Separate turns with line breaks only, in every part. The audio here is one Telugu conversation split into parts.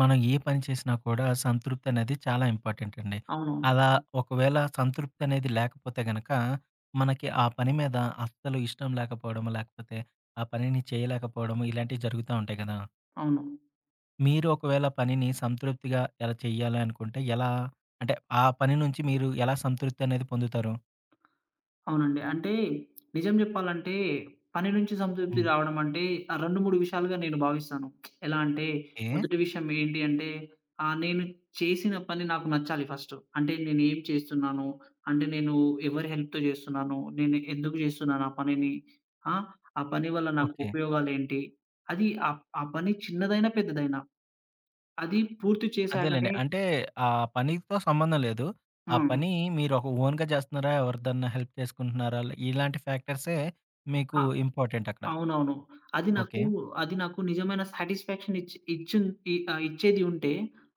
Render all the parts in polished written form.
మనం ఏ పని చేసినా కూడా సంతృప్తి అనేది చాలా ఇంపార్టెంట్ అండి.
అవునవును.
అలా
హ్మ్.
ఒకవేళ సంతృప్తి అనేది లేకపోతే గనక, మనకి ఆ పని మీద అస్సలు ఇష్టం లేకపోవడము, లేకపోతే ఆ పనిని చేయలేకపోవడము ఇలాంటివి జరుగుతా ఉంటాయి కదా!
అవును.
మీరు ఒకవేళ పనిని సంతృప్తిగా ఎలా చేయాలి అనుకుంటే ఎలా అంటే, ఆ పని నుంచి మీరు ఎలా సంతృప్తి అనేది పొందుతారు?
అవునండి. అంటే నిజం జెప్పాలంటే పని నుంచి సంతృప్తి
హ్మ్.
రావడం అంటే ఆ 2, 3 విషయాలుగా నేను భావిస్తాను. ఎలా అంటే
ఏ?
మొదటి విషయం ఏంటి అంటే నేను చేసిన పని నాకు నచ్చాలి ఫస్ట్. అంటే నేనేం చేస్తున్నాను? అంటే నేను ఎవరి హెల్ప్‌తో జేస్తున్నాను? నేను ఎందుకు జేస్తున్నాను ఆ పనిని? ఆ! ఆ పని వల్ల నాకు
ఓకే.
ఉపయోగాలేంటి? అది ఆ ఆ పని చిన్నదైనా, పెద్దదైనా అది పూర్తి
అదేలెండి.
చేశాకనే.
అంటే ఆ పనితో సంబంధం లేదు. ఆ
హ్మ్.
పని మీరు ఒక ఓన్‌గా చేస్తున్నారా? ఎవరిదన్నా హెల్ప్ చేసుకుంటున్నారా? ఇలాంటి ఫ్యాక్టర్సే మీకు
ఆ!
ఇంపార్టెంట్ అక్కడ.
అవునవును. అది నాకు
ఓకే.
అది నాకు నిజమైన సాటిస్‌ఫాక్షన్ ఇచ్చేది ఉంటే,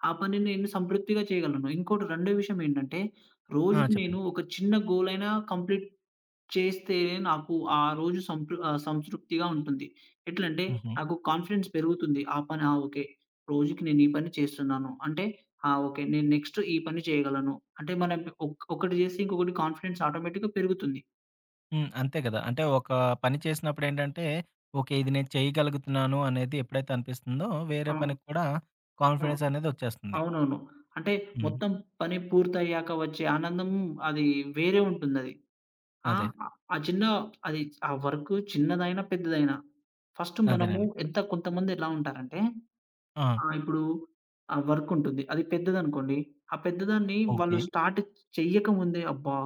ఆ పనిని నేను సంతృప్తిగా చేయగలను. ఇంకోటి రెండో విషయం ఏంటంటే,
ఆ!
రోజుకి నేను
చెప్పండి.
ఒక చిన్న గోల్ అయినా కంప్లీట్ చేస్తే నాకు ఆ రోజు సంతృప్తిగా ఉంటుంది. ఎట్లంటే
హుహు.
నాకు కాన్ఫిడెన్స్ పెరుగుతుంది. ఆ పని ఆ! ఓకే. రోజుకి నేను ఈ పని చేస్తున్నాను. అంటే ఆ! ఓకే. నేను నెక్స్ట్ ఈ పని చేయగలను. అంటే మనం ఒకటి చేసి ఇంకొకటి కాన్ఫిడెన్స్ ఆటోమేటిక్‌గా పెరుగుతుంది.
హ్మ్. అంతే కదా! అంటే ఒక పని చేసినప్పుడు ఏంటంటే, ఓకే. ఇది నేను చేయగలుగుతున్నాను అనేది ఎప్పుడైతే అనిపిస్తుందో, వేరే
ఆ!
పనికి కూడా
ఆ!
కాన్ఫిడెన్స్ అనేది వచ్చేస్తుంది.
అవునవును. అంటే
హ్మ్.
మొత్తం పని పూర్తయ్యాక వచ్చే ఆనందం అది వేరే ఉంటుందది. ఆ!
అదే.
ఆ చిన్న అది ఆ వర్క్ చిన్నదైనా, పెద్దదైనా ఫస్ట్ మనము
అదేనండి.
ఎంత కొంతమంది ఎలా ఉంటారంటే
ఆ!
ఇప్పుడు ఆ వర్క్ ఉంటుంది. అది పెద్దదనుకోండి. ఆ పెద్దదాన్ని వాళ్ళు
ఓకే.
స్టార్ట్ చెయ్యకముందే అబ్బా!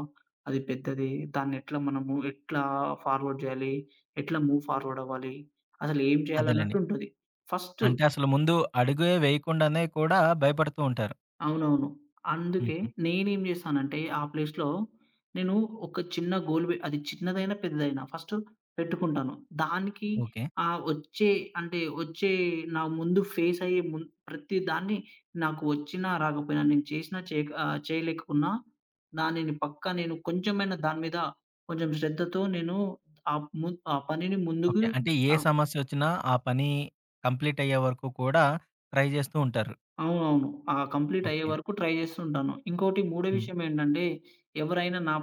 అది పెద్దది. దాన్నెట్లా మనము ఎట్లా ఫార్వర్డ్ జేయాలి? ఎట్లా మూవ్ ఫార్వర్డ్ అవ్వాలి? అసలు ఏం
అదేలెండి.
చేయాలన్నట్టుంటది. ఫస్ట్.
అంటే అసలు ముందు అడుగే వేయకుండానే కూడా భయపడుతూ ఉంటారు.
అవునవును. అందుకే
హుహు.
నేనేం జేశానంటే, ఆ ప్లేస్‌లో నేను ఒక చిన్న గోల్ బె అది చిన్నదైనా, పెద్దదైనా ఫస్ట్ పెట్టుకుంటాను. దానికి
ఓకే.
ఆహ్, వచ్చే అంటే వచ్చే నా ముందు ఫేస్ అయ్యే ప్రతి దాన్ని నాకు వచ్చినా, రాకపోయినా నేను చేసినా, చేయలేకున్నా దానిని పక్కా నేను కొంచెమైనా దాని మీద కొంచెం శ్రద్ధతో నేను ఆ ఆ పనిని ముందుకు.
ఓకే. అంటే ఏ
ఆహ్
సమస్యొచ్చినా ఆ పని కంప్లీట్ అయ్యే వరకు కూడా ట్రై చేస్తూ ఉంటారు.
అవునవును. ఆ! కంప్లీట్ అయ్యే
ఓకే.
వరకు ట్రై చేస్తుంటాను. ఇంకోటి మూడో
హ్మ్.
విషయం ఏంటంటే, ఎవరైనా నా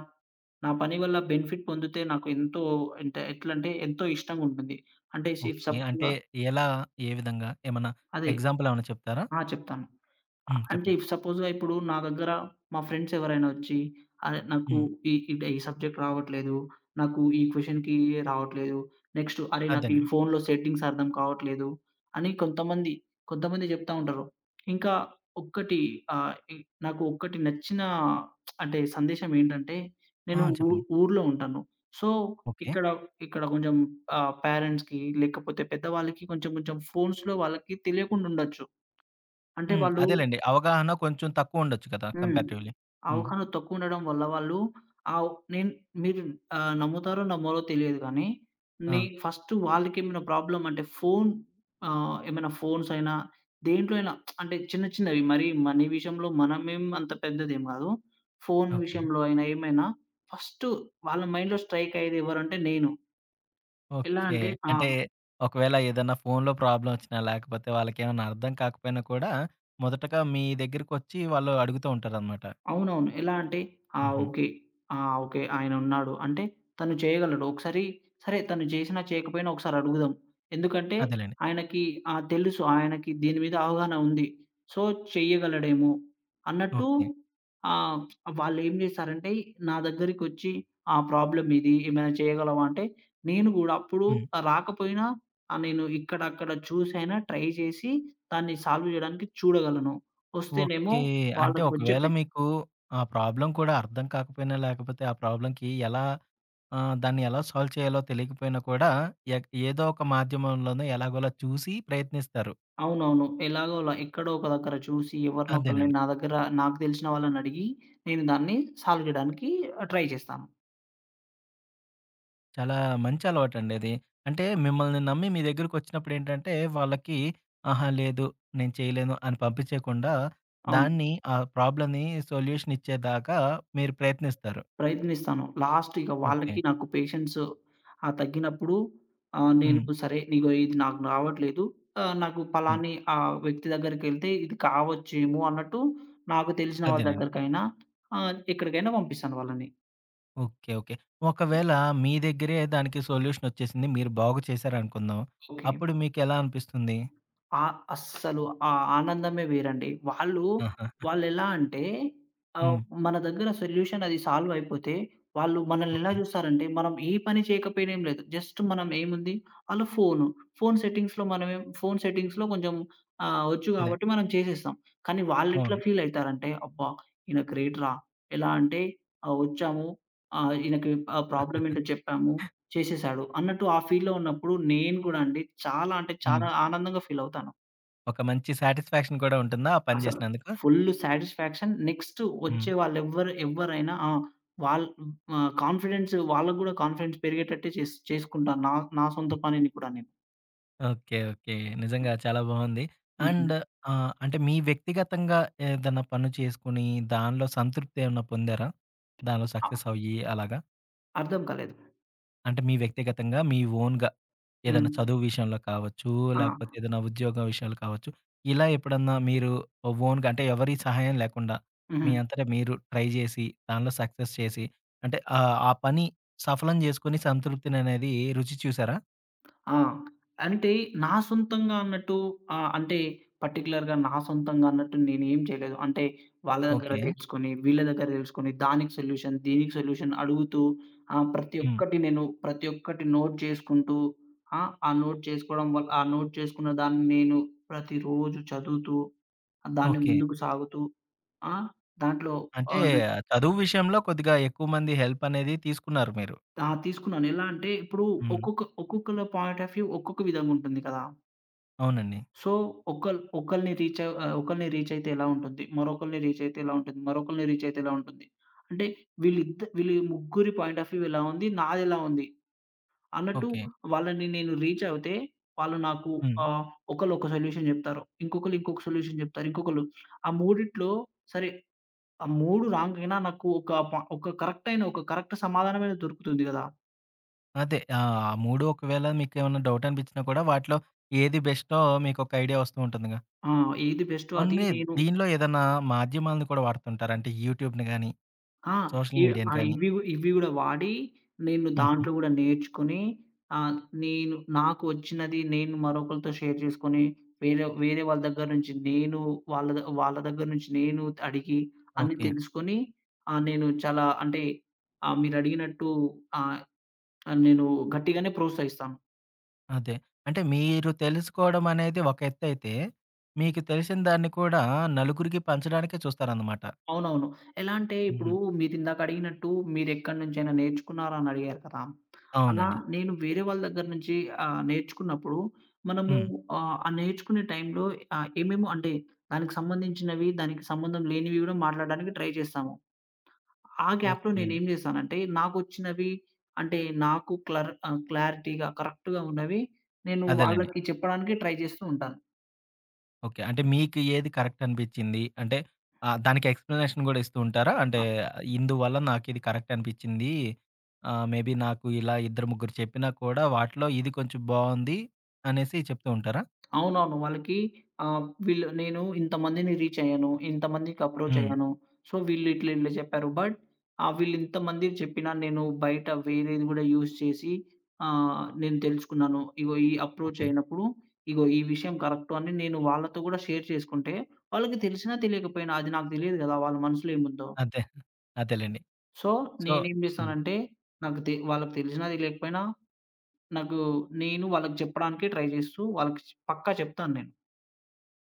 నా పని వల్ల బెనిఫిట్ పొందితే నాకు ఎంతో అంటే ఎట్లంటే ఎంతో ఇష్టంగుంటుంది. అంటే
ఓకే. అంటే
సపోజ్‌గా.
ఎలా? ఏ విధంగా? ఏమన్నా
అదే.
ఎగ్జాంపుల్ ఏమన్నా చెప్తారా?
ఆ! చెప్తాను.
హ్మ్.
అంటే
చెప్పండి.
ఇఫ్ సపోజ్‌గా ఇప్పుడు నా దగ్గర మా ఫ్రెండ్స్ ఎవరైనా వచ్చి అరె! నాకు
హ్మ్.
ఈ ఈ డ ఈ సబ్జెక్ట్ రావట్లేదు. నాకు ఈ క్వెషన్‌కి రావట్లేదు. నెక్స్ట్ అరే! నాకు ఈ
అదేనండి.
ఫోన్‌లో సెట్టింగ్స్ అర్థం కావట్లేదు అని కొంతమంది చెప్తా ఉంటారు. ఇంకా ఒక్కటి ఆహ్, ఇ నాకు ఒక్కటి నచ్చిన అంటే సందేశం ఏంటంటే
ఆ!
నేను
చెప్పండి.
ఊర్లో ఉంటాను. So,
okay.
ఇక్కడ ఇక్కడ కొంచెం పేరెంట్స్‌కి లేకపోతే పెద్దవాళ్ళకి కొంచెం కొంచెం ఫోన్స్‌లో వాళ్ళకి తెలియకుండా ఉండొచ్చు. అంటే
హ్మ్.
వాళ్ళు.
అదేలెండి. అవగాహన కొంచెం తక్కువుండొచ్చు కదా!
హ్మ్.
కంపారిటివ్‌లీ. హ్మ్.
అవగాహన తక్కువుండడం వల్ల వాళ్ళు ఆవ్ నేను మీరు ఆహ్, నమ్ముతారో నమ్మరో తెలియదు కానీ,
ఆ!
నీ ఫస్ట్ వాళ్ళకేమైనా ప్రాబ్లమ్ అంటే ఫోను ఏమైనా ఫోన్స్ అయినా, దేంట్లో అయినా అంటే చిన్న చిన్నవి మరి మనీ విషయంలో మనమేం అంత పెద్దదేం కాదు. Phone
okay.
విషయంలో అయినా ఏమైనా ఫస్ట్ వాళ్ళ మైండ్‌లో స్ట్రైక్ అయ్యేది ఎవరంటే నేను. ఎలా
ఓకే.
అంటే ఆ!
అంటే ఒకవేళ ఏదన్నా ఫోన్‌లో ప్రాబ్లమ్ వచ్చినా, లేకపోతే వాళ్ళకేమన్నా అర్థం కాకపోయినా కూడా మొదటగా మీ దగ్గరకొచ్చి వాళ్ళు అడుగుతూ ఉంటారనమాట.
అవునవును. ఎలా అంటే ఆ!
హుహు.
ఓకే. ఆ! ఓకే. ఆయనున్నాడు. అంటే తను చేయగలడు. ఒకసారి సరే తను చేసినా, చేయకపోయినా ఒకసారి అడుగుదాం. ఎందుకంటే
అదేలెండి.
ఆయనకి ఆ! తెలుసు. ఆయనకి దీని మీద అవగాహన ఉంది. సో, చెయ్యగలడేమో అన్నట్టు
ఓకే.
ఆహ్, వాళ్ళేం చేశారంటే నా దగ్గరికొచ్చి ఆ! ప్రాబ్లమ్ ఇది. ఏమైనా చేయగలవా? అంటే నేను గూడా అప్పుడు
హ్మ్.
రాకపోయినా నేను ఇక్కడ, అక్కడ చూసైనా ట్రై చేసి దాన్ని సాల్వ్ జేయడానికి చూడగలను. వస్తేనేమో
ఓకే. అంటే
వాళ్ళకొచ్చే
ఒకవేళ
బె
మీకు ఆ ప్రాబ్లమ్ కూడా అర్థం కాకపోయినా, లేకపోతే ఆ ప్రాబ్లమ్‌కి ఎలా దాన్ని ఎలా సాల్వ్ చేయాలో తెలియకపోయినా కూడా ఏదో ఒక మాధ్యమంలోనో ఎలాగోలా చూసి ప్రయత్నిస్తారు.
అవునవును. ఎలాగోలా ఎక్కడో ఒక దగ్గర చూసి ఎవరినో ఒకళ్ళని
అదేనండి.
నా దగ్గర నాకు తెలిసిన వాళ్ళని అడిగి నేను దాన్ని సాల్వ్ చేయడానికి ట్రై చేస్తాను.
చాలా మంచి అలవాటండి అది. అంటే మిమ్మల్ని నమ్మి మీ దగ్గరకొచ్చినప్పుడేంటంటే, వాళ్ళకి ఆహా! లేదు నేను చేయలేను అని పంపించేయకుండా,
అవును.
దాన్ని ఆ ప్రాబ్లమ్‌ని సొల్యూషన్ ఇచ్చేదాకా మీరు ప్రయత్నిస్తారు.
ప్రయత్నిస్తాను. లాస్ట్ ఇక
ఓకే.
వాళ్ళకి నాకు పేషెన్స్ తగ్గినప్పుడు
హ్మ్.
నేను సరే ఇగో ఇది నాకు రావట్లేదు. నాకు
హ్మ్.
పలాని వ్యక్తి దగ్గరికెళ్తే ఇది కావచ్చేమో అన్నట్టు నాకు తెలిసిన వాళ్ళ
అదేనండి.
దగ్గరికైనా ఎక్కడికైనా పంపిస్తాను వాళ్ళని.
ఓకే. ఓకే. ఒకవేళ మీ దగ్గరే దానికి సొల్యూషన్ వచ్చేసింది. మీరు బాగు చేశారనుకుందాం.
ఓకే.
అప్పుడు మీకెలా అనిపిస్తుంది?
ఆ! అస్సలు ఆ ఆనందమే వేరండి. వాళ్ళు,
ఆహా!
వాళ్ళెలా అంటే ఆహ్,
హ్మ్.
మన దగ్గర సొల్యూషన్ అది సాల్వ్ అయిపోతే, వాళ్ళు మనల్నెలా
ఓకే.
జూస్తారంటే, మనం ఏ పని చేయకపోయినా ఏం లేదు. జస్ట్ మనం ఏముంది ఆళ్ళ ఫోను. ఫోను సెట్టింగ్స్‌లో మనమేం ఫోను సెట్టింగ్స్‌లో కొంచెం వచ్చు
అదే.
గాబట్టి మనం చేసేస్తాం. కానీ వాళ్ళెట్లా
అవును.
ఫీలయితారంటే, అబ్బా! ఈయన గ్రేట్ రా! ఎలా అంటే వచ్చాము ఈయనకి ఆ ప్రాబ్లమ్ ఏంటో చెప్పాము, చేసేసాడు అన్నట్టు ఆ ఫీల్‌లో ఉన్నప్పుడు నేను గూడా అండి చాలా అంటే
హ్మ్.
చాలా ఆనందంగా ఫీలవుతాను.
ఒక మంచి సాటిస్ఫాక్షన్ కూడా ఉంటుందా ఆ పని
అసలు
చేసినందుకు?
Full satisfaction. నెక్స్ట్
హ్మ్.
వచ్చే ఎవ్వరైనా ఆ! వాళ్ వాళ్ళకి గూడా కాన్ఫిడెన్స్ పెరిగేటట్టే చేసుకుంటా. నా నా సొంత
ఆ!
పనిని కూడా నేను.
ఓకే. ఓకే. నిజంగా చాలా బావుంది.
హ్మ్.
అండ్ అంటే మీ వ్యక్తిగతంగా ఏదన్నా పని చేసుకొని దానిలో సంతృప్తి ఏమన్నా పొందారా? దానిలో సక్సెస్
అ
అయ్యి అలాగా?
అర్థం కాలేదు.
అంటే మీ వ్యక్తిగతంగా, మీ ఓన్‌గా
హ్మ్.
ఏదైనా చదువు విషయంలో కావచ్చు,
ఆ!
లేకపోతే ఏదైనా ఉద్యోగం విషయాలు కావచ్చు. ఇలా ఎప్పుడన్నా మీరు ఓన్‌గా అంటే ఎవరి సహాయం లేకుండా మీ
హుహు.
అంతట మీరు ట్రై చేసి, దానిలో సక్సెస్ చేసి అంటే ఆ పని సఫలం చేసుకొని సంతృప్తిననేది రుచి చూసారా?
ఆ! అంటే నా సొంతంగా అన్నట్టు అంటే పర్టిక్యులర్‌గా నా సొంతంగా అన్నట్టు నేనేం చేయలేదు. అంటే వాళ్ళ దగ్గర
ఓకే.
తెలుసుకొని, వీళ్ళ దగ్గర తెలుసుకొని, దానికి సొల్యూషన్, దీనికి సొల్యూషన్ అడుగుతూ ఆహ్, ప్రతి
హ్మ్.
ఒక్కటి నేను ప్రతి ఒక్కటి నోట్ చేసుకుంటూ. ఆ! ఆ నోట్ చేసుకోవడం వల్ల ఆ నోట్ చేసుకున్న దాన్ని నేను ప్రతిరోజు చదువుతూ, దాన్ని
ఓకే.
ముందుకు సాగుతూ ఆ! దాంట్లో
అంటే
ఆహ్, న
చదువు విషయంలో కొద్దిగా ఎక్కువ మంది హెల్ప్ అనేది తీసుకున్నారు మీరు.
ఆ! తీసుకున్నాను. ఎలా అంటే ఇప్పుడు
హ్మ్.
ఒక్కొక్కళ్ళ పాయింట్ ఆఫ్ వ్యూ ఒక్కొక్క విధంగా ఉంటుంది కదా!
అవునండి.
సో, ఒకల్ని రీచ్ అయితే ఎలా ఉంటుంది? మరొకల్ని రీచ్ అయితే ఎలా ఉంటుంది? మరొకల్ని రీచ్ అయితే ఎలా ఉంటుంది? అంటే వీళ్ళ ముగ్గురి పాయింట్ ఆఫ్ వ్యూ ఎలా ఉంది? నాదెలా ఉంది? అన్నట్టు
ఓకే.
వాళ్ళని నేను రీచ్ అవుతే వాళ్ళు నాకు
హ్మ్.
ఆహ్, ఒకళ్ళు ఒక సొల్యూషన్ జెప్తారు. ఇంకొకళ్ళు ఇంకొక సొల్యూషన్ జెప్తారు. ఇంకొకళ్ళు ఆ మూడిట్లో సరే ఆ 3 రాంగ్ అయినా నాకు ఒక కరెక్ట్ ఒక కరెక్ట్ సమాధానమైన దొరుకుతుంది గదా!
అదే. ఆ! ఆ 3 ఒకవేళ మీకేమన్నా డౌట్ అనిపించినా కూడా వాటిలో ఏది బెస్టో మీకొక ఐడియా వస్తూ ఉంటుందిగా.
ఆ! ఏది బెస్టో
అవును.
అది నేను.
దీనిలో ఏదన్నా మాధ్యమాలను కూడా వాడుతుంటారా? అంటే యూట్యూబ్‌ని గాని,
ఆ!
సోషల్
ఇ
మీడియాని
ఆ!
గాని.
ఇవి గు ఇవి గూడా వాడి, నేను
హుహు.
దాంట్లో గూడా నేర్చుకొని, ఆహ్, నేను నాకు వచ్చినది నేను మరొకరితో షేర్ చేసుకొని, వేరే వేరే వాళ్ళ దగ్గర నుంచి నేను వాళ్ళ దగ్గర నుంచి నేను అడిగి, అన్నీ
ఓకే.
తెలుసుకొని, ఆహ్, నేను చాలా అంటే, ఆహ్, మీరడిగినట్టు ఆహ్, నేను గట్టిగానే ప్రోత్సహిస్తాను.
అదే. అంటే మీరు తెలుసుకోవడం అనేది ఒక ఎత్తైతే, మీకు తెలిసిన దాన్ని కూడా నలుగురికి పంచడానికే చూస్తారన్నమాట.
అవునవును. ఎలా అంటే ఇప్పుడు
హుహు.
మీరిందాక అడిగినట్టు మీరెక్కడి నుంచైనా నేర్చుకున్నారా అని అడిగారు కదా! అలా
అవునండి.
నేను వేరే వాళ్ళ దగ్గర నుంచి నేర్చుకున్నప్పుడు మనము
హ్మ్.
ఆ నేర్చుకునే టైంలో ఆహ్, ఏమేమో అంటే దానికి సంబంధించినవి, దానికి సంబంధం లేనివి గూడా మాట్లాడడానికి ట్రై చేస్తాము. ఆ గ్యాప్‌లో
ఓకే.
నేనేం చేశానంటే నాకొచ్చినవి అంటే నాకు క్లారిటీగా కరెక్ట్‌గా ఉన్నవి నేను
అదేలెండి.
వాళ్ళకి చెప్పడానికి ట్రై చేస్తూ ఉంటాను.
ఓకే. అంటే మీకు ఏది కరెక్ట్ అనిపిచ్చింది? అంటే దానికి ఎక్స్‌ప్లనేషన్ గూడా ఇస్తూ ఉంటారా? అంటే ఇందువల్ల నాకిది కరెక్ట్ అనిపిచ్చింది. మేబీ నాకు ఇలా ఇద్దరు, ముగ్గురు చెప్పినా కూడా వాటిలో ఇది కొంచెం బావుంది అనేసి చెప్తూ ఉంటారా?
అవునవును. వాళ్ళకి ఆహ్, వీళ్ళు నేను ఇంతమందిని రీచ్ అయ్యాను. ఇంతమందికి అప్రోచ్
హ్మ్.
అయ్యాను. సో, వీళ్ళు ఇట్లా ఇట్లా చెప్పారు. బట్ వీళ్ళు ఇంతమందికి చెప్పినా నేను బయట వేరేది గూడా యూజ్ చేసి నేను తెలుసుకున్నాను. ఇగో ఈ అప్రోచ్
ఓకే.
అయినప్పుడు ఇగో ఈ విషయం కరెక్టు అని నేను వాళ్ళతో గూడా షేర్ చేసుకుంటే వాళ్ళకి తెలిసినా తెలియకపోయినా అది నాకు తెలియదు గదా! వాళ్ళ మనసులో ఏముందో.
అదే. అదేలెండి.
సో,
సో
నేనేం
హ్మ్.
జేస్తానంటే నాకు తె వాళ్ళకి తెలిసినా తెలియకపోయినా నాకు నేను వాళ్ళకి చెప్పడానికే ట్రై జేస్తూ వాళ్ళకి పక్కా చెప్తాను నేను.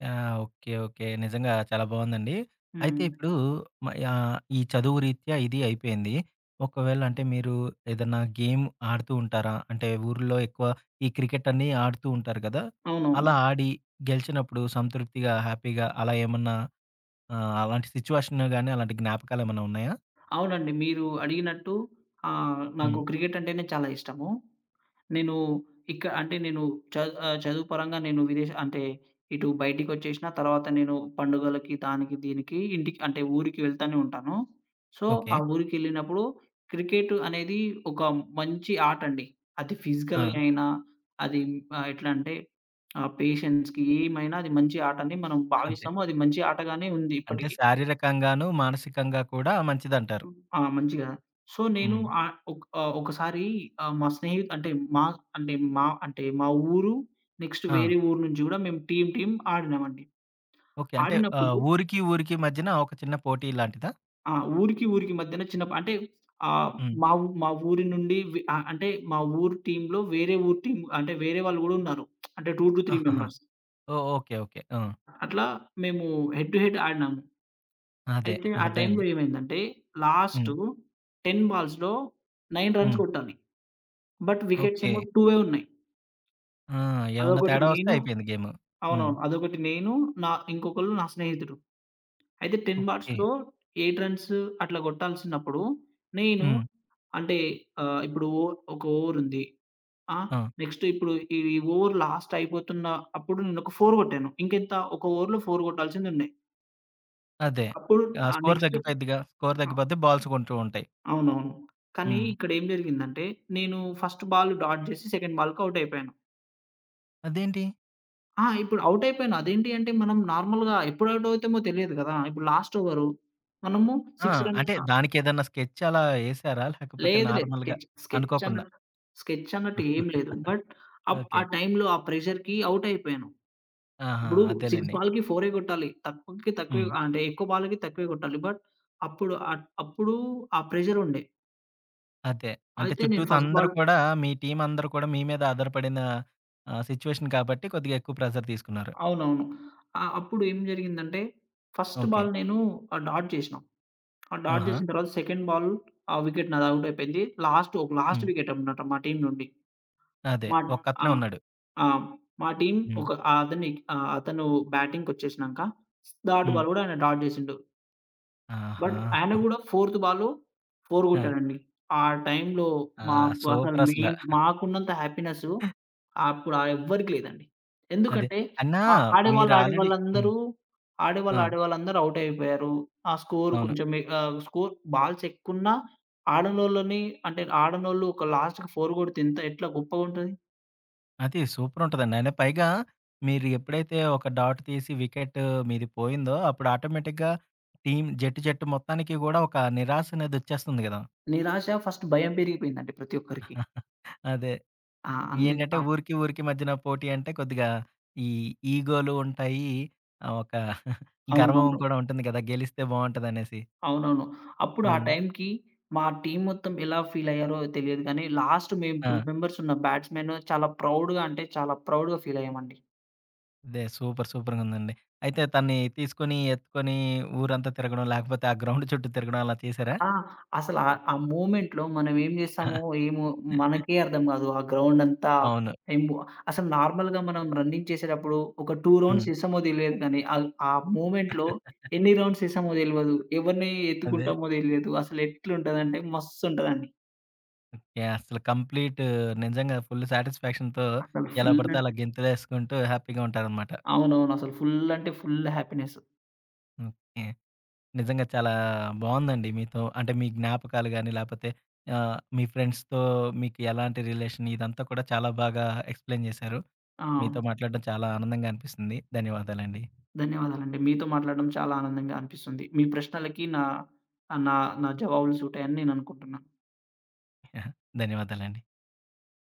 ఆ! ఓకే. ఓకే. నిజంగా చాలా బావుందండి. అయితే
హ్మ్.
ఇప్పుడు ఈ చదువు రీత్యా ఇది అయిపోయింది. ఒకవేళ అంటే మీరు ఏదన్నా గేమ్ ఆడుతూ ఉంటారా? అంటే ఊర్లో ఎక్కువ ఈ క్రికెట్ అని ఆడుతూ ఉంటారు కదా!
అవునవును.
అలా ఆడి గెలిచినప్పుడు సంతృప్తిగా, హ్యాపీగా అలా ఏమన్నా అలాంటి సిట్యుయేషన్ గాని, అలాంటి జ్ఞాపకాలేమన్నా ఉన్నాయా?
అవునండి. మీరు అడిగినట్టు నాకు
హ్మ్.
క్రికెట్ అంటేనే చాలా ఇష్టము. నేను ఇక్క అంటే నేను చదువు పరంగా నేను విదేశ అంటే ఇటు బయటికొచ్చేసిన తర్వాత నేను పండుగలకి, దానికి, దీనికి ఇంటికి అంటే ఊరికి వెళ్తానే ఉంటాను. So,
okay.
ఆ ఊరికెళ్ళినప్పుడు క్రికెట్ అనేది ఒక మంచి ఆట అండి. అది
ఆ!
ఫిజికల్‌గా అయినా, అది ఆహ్, ఎట్లా అంటే ఆహ్, పేషెన్స్‌కి ఏమైనా అది మంచి ఆటని మనం
అంతే.
భావిస్తాము. అది మంచి ఆటగానే ఉంది
అంటే
ఇప్పటికి.
శారీరకంగాను, మానసికంగా కూడా మంచిదంటారు.
హ్మ్. ఆ! మంచిగా. సో, నేను
హ్మ్.
ఒకసారి ఆహ్, మా స్నేహి అంటే మా అంటే మా అంటే మా ఊరు నెక్స్ట్
ఆ!
వేరే ఊరు నుంచి గూడా మేము టీమ్ ఆడినామండి.
ఓకే. అంటే
ఆడినప్పుడు
ఊరికి, ఊరికి మధ్యన ఒక చిన్న పోటీ లాంటిదా?
ఆ! ఊరికి, ఊరికి మధ్యన చిన్న ప అంటే ఆహ్,
హ్మ్.
మా ఊ మా ఊరి నుండి అంటే మా ఊరు టీమ్‌లో వేరే ఊరు టీమ్ అంటే వేరే వాళ్ళు గూడా ఉన్నారు. అంటే 2-3
ఆహాహా!
మెంబర్స్.
ఓహ్! ఓకే. ఓకే. ఆ!
అట్లా మేము హెడ్ టు హెడ్ ఆడినాము.
అదే.
అయితే ఆ టైంలో
అర్థమైంది.
ఏమైందంటే లాస్ట్
హ్మ్.
10 బాల్స్‌లో 9 రన్స్
హ్మ్.
కొట్టాలి. But wickets
okay.
ఏమో 2 ఉన్నాయి.
ఆ! ఏమన్నా
అదొకటి
తేడా వస్తే
నేను.
అయిపోయింది గేము. హ్మ్.
అవునవును. అదొకటి నేను, నా స్నేహితుడు. అయితే 10
ఓకే.
బాట్స్‌లో 8 రన్స్ అట్లా కొట్టాల్సినప్పుడు నేను
హ్మ్.
అంటే ఆహ్, ఇప్పుడు ఓ ఒక ఓవర్ ఉంది. ఆ!
ఆ!
నెక్స్ట్ ఇప్పుడు ఈ ఓవర్ లాస్ట్ అయిపోతున్న అప్పుడు నేనొక 4 కొట్టాను. ఇంకెంత ఒక ఓవర్‌లో 4 కొట్టాల్సిందున్నాయి.
అదే.
అప్పుడు
ఆ
ఆ
స్కోర్
నెక్స్ట్
తగ్గిపోద్దిగా. స్కోర్
ఆ!
తగ్గిపోద్ది. బాల్స్ కొంటూ ఉంటాయి.
అవునవును. కానీ
హ్మ్.
ఇక్కడ ఏం జరిగిందంటే నేను ఫస్ట్ బాల్ డాట్ చేసి సెకండ్ బాల్‌కి ఔట్ అయిపోయాను.
అదేంటి?
ఆ! ఇప్పుడు ఔట్ అయిపోయాను. అదేంటి అంటే మనం నార్మల్‌గా ఎప్పుడు ఔట్ అవుతామో తెలియదు కదా! ఇప్పుడు లాస్ట్ ఓవరు. మనము
ఆ!
6 రన్
అంటే
ఆ!
దానికేదన్నా స్కెచ్ అలా ఏసారా? లేకపోతే
లేదు లేదు.
నార్మల్‌గా
స్కెచ్ స్కెచ్
అనుకోకుండా.
అన్నట్టు స్కెచ్ అన్నట్టు ఏం లేదు. But
okay.
ఆ టైంలో ఆ ప్రెషర్‌కి ఔట్ అయిపోయాను.
ఆహా!
ఇప్పుడు 6
అదేలెండి.
బాల్‌కి 4 కొట్టాలి. తక్కువకి తక్కువే
హ్మ్.
అంటే ఎక్కువ బాల్‌కి తక్కువే కొట్టాలి. బట్ అప్పుడు ఆ ప్రెషర్ ఉండే.
అదే. అంటే
అయితే నేను
చుట్టూతా
ఫస్ట్
అందరూ
బాల్
కూడా మీ టీమ్ అందరూ కూడా మీ మీద ఆధారపడిన సిట్యుయేషన్ కాబట్టి కొద్దిగా ఎక్కువ ప్రెషర్ తీసుకున్నారు.
అవునవును. అప్పుడు ఏం జరిగిందంటే ఫస్ట్
ఓకే.
బాల్ నేను డాట్ చేసినా. ఆ! డాట్
ఆహా!
జేసిన తర్వాత సెకండ్ బాల్ ఆ వికెట్ నాది ఔట్ అయిపోయింది. లాస్ట్ ఒక లాస్ట్
హ్మ్.
వికెట్ అనమాట మా టీమ్ నుండి.
అదే.
మా. ఆ!
ఒక్కతనే ఉన్నాడు.
ఆ! మా టీమ్
హ్మ్.
ఒక అతని అతను బ్యాటింగ్‌కొచ్చేసినంక థర్డ్
హ్మ్.
బాల్ గూడా ఆయన డాట్ జేసిండు.
ఆహా!
బట్ ఆయన గూడా ఫోర్త్ బాల్‌లో 4
ఆ!
గొట్టాడండి. ఆ టైంలో
ఆ!
మాకు అసలు
సూపరసల.
మేం మాకున్నంత హ్యాపీనెస్ అప్పుడు ఎవ్వరికీ లేదండి.
అదే.
ఎందుకంటే
అయినా
ఆహ్,
మీరు
ఆడేవాళ్ళు
ఆల్రెడీ హ్మ్.
ఆడేవాళ్ళందరూ ఆడేవాళ్ళు
ఆ!
ఆడేవాళ్ళందరూ ఔట్ అయిపోయారు. ఆ స్కోర్
అవును.
స్కోర్ బాల్స్ ఎక్కువున్నా ఆడనోళ్ళని అంటే ఆడనోళ్ళు ఒక లాస్ట్‌కి 4 గొడితే ఎంత ఎట్లా గొప్పగుంటది?
అది సూపరుంటదండి. అయినా పైగా మీరు ఎప్పుడైతే ఒక డాట్ తీసి వికెట్ మీది పోయిందో అప్పుడు ఆటోమేటిక్‌గా టీమ్ జట్టు జట్టు మొత్తానికి గూడా ఒక నిరాశనేదొచ్చేస్తుంది గదా!
నిరాశ ఫస్ట్ భయం పెరిగిపోయిందండి ప్రతి ఒక్కరికి.
అదే.
ఆ! అందుకే
ఏంటంటే
అప్
ఊరికి, ఊరికి మధ్యన పోటీ అంటే కొద్దిగా ఈ ఈగోలు ఉంటాయి. ఒక గర్వం
అవునవును.
కూడా ఉంటుంది గదా! గెలిస్తే బావుంటదనేసి.
అవునవును. అప్పుడు ఆ
హ్మ్.
టైంకి మా టీమ్ మొత్తం ఎలా ఫీలయ్యారో తెలియదు గానీ, లాస్ట్ మేము
ఆ!
2 మెంబర్స్ ఉన్న బ్యాట్స్‌మెన్ చాలా ప్రౌడ్‌గా అంటే చాలా ప్రౌడ్‌గా ఫీలయ్యామండి.
అదే. సూపర్. సూపర్‌గుందండి. అయితే తన్ని తీసుకొని, ఎత్తుకొని ఊరంతా తిరగడం, లేకపోతే ఆ గ్రౌండ్ చుట్టూ తిరగడం అలా చేశారా?
ఆ! అసల ఆ ఆ మూమెంట్‌లో మనం ఏం చేస్తామో ఏమో మనకే అర్థం కాదు. ఆ గ్రౌండంతా
అవును.
ఎంబు అసలు నార్మల్‌గా మనం రన్నింగ్ చేసేటప్పుడు ఒక 2
హ్మ్.
రౌండ్స్ చేస్తామో తెలియదు కానీ, ఆల్ ఆ మూమెంట్‌లో ఎన్ని రౌండ్స్ చేస్తామో తెలవదు. ఎవరిని
అదే.
ఎత్తుకుంటామో తెలియదు. అసలు ఎట్లుంటదంటే మస్తుంటదండి.
ఓకే. అసలు కంప్లీట్ నిజంగా ఫుల్ సాటిస్‌ఫాక్షన్‌తో
అసలు
ఎలా
ఫుల్
పడితే అలా
అంటే
గెంతులేసుకుంటూ హ్యాపీగా ఉంటారనమాట.
అవునవును. అసలు ఫుల్ అంటే ఫుల్ హ్యాపీనెస్.
ఓకే. నిజంగా చాలా బావుందండి మీతో అంటే మీ జ్ఞాపకాలు గాని, లేపోతే మీ ఫ్రెండ్స్‌తో మీకు ఎలాంటి రిలేషన్ ఇదంతా కూడా చాలా బాగా ఎక్స్‌ప్లెయిన్ జేశారు.
ఆ!
మీతో మాట్లాడడం చాలా ఆనందంగా అనిపిస్తుంది. ధన్యవాదాలండి.
ధన్యవాదాలండి. మీతో మాట్లాడడం చాలా ఆనందంగా అనిపిస్తుంది. మీ ప్రశ్నలకి నా ఆహ్, నా నా జవాబులు సూటాయని నేననుకుంటున్నా.
ధన్యవాదాలండి.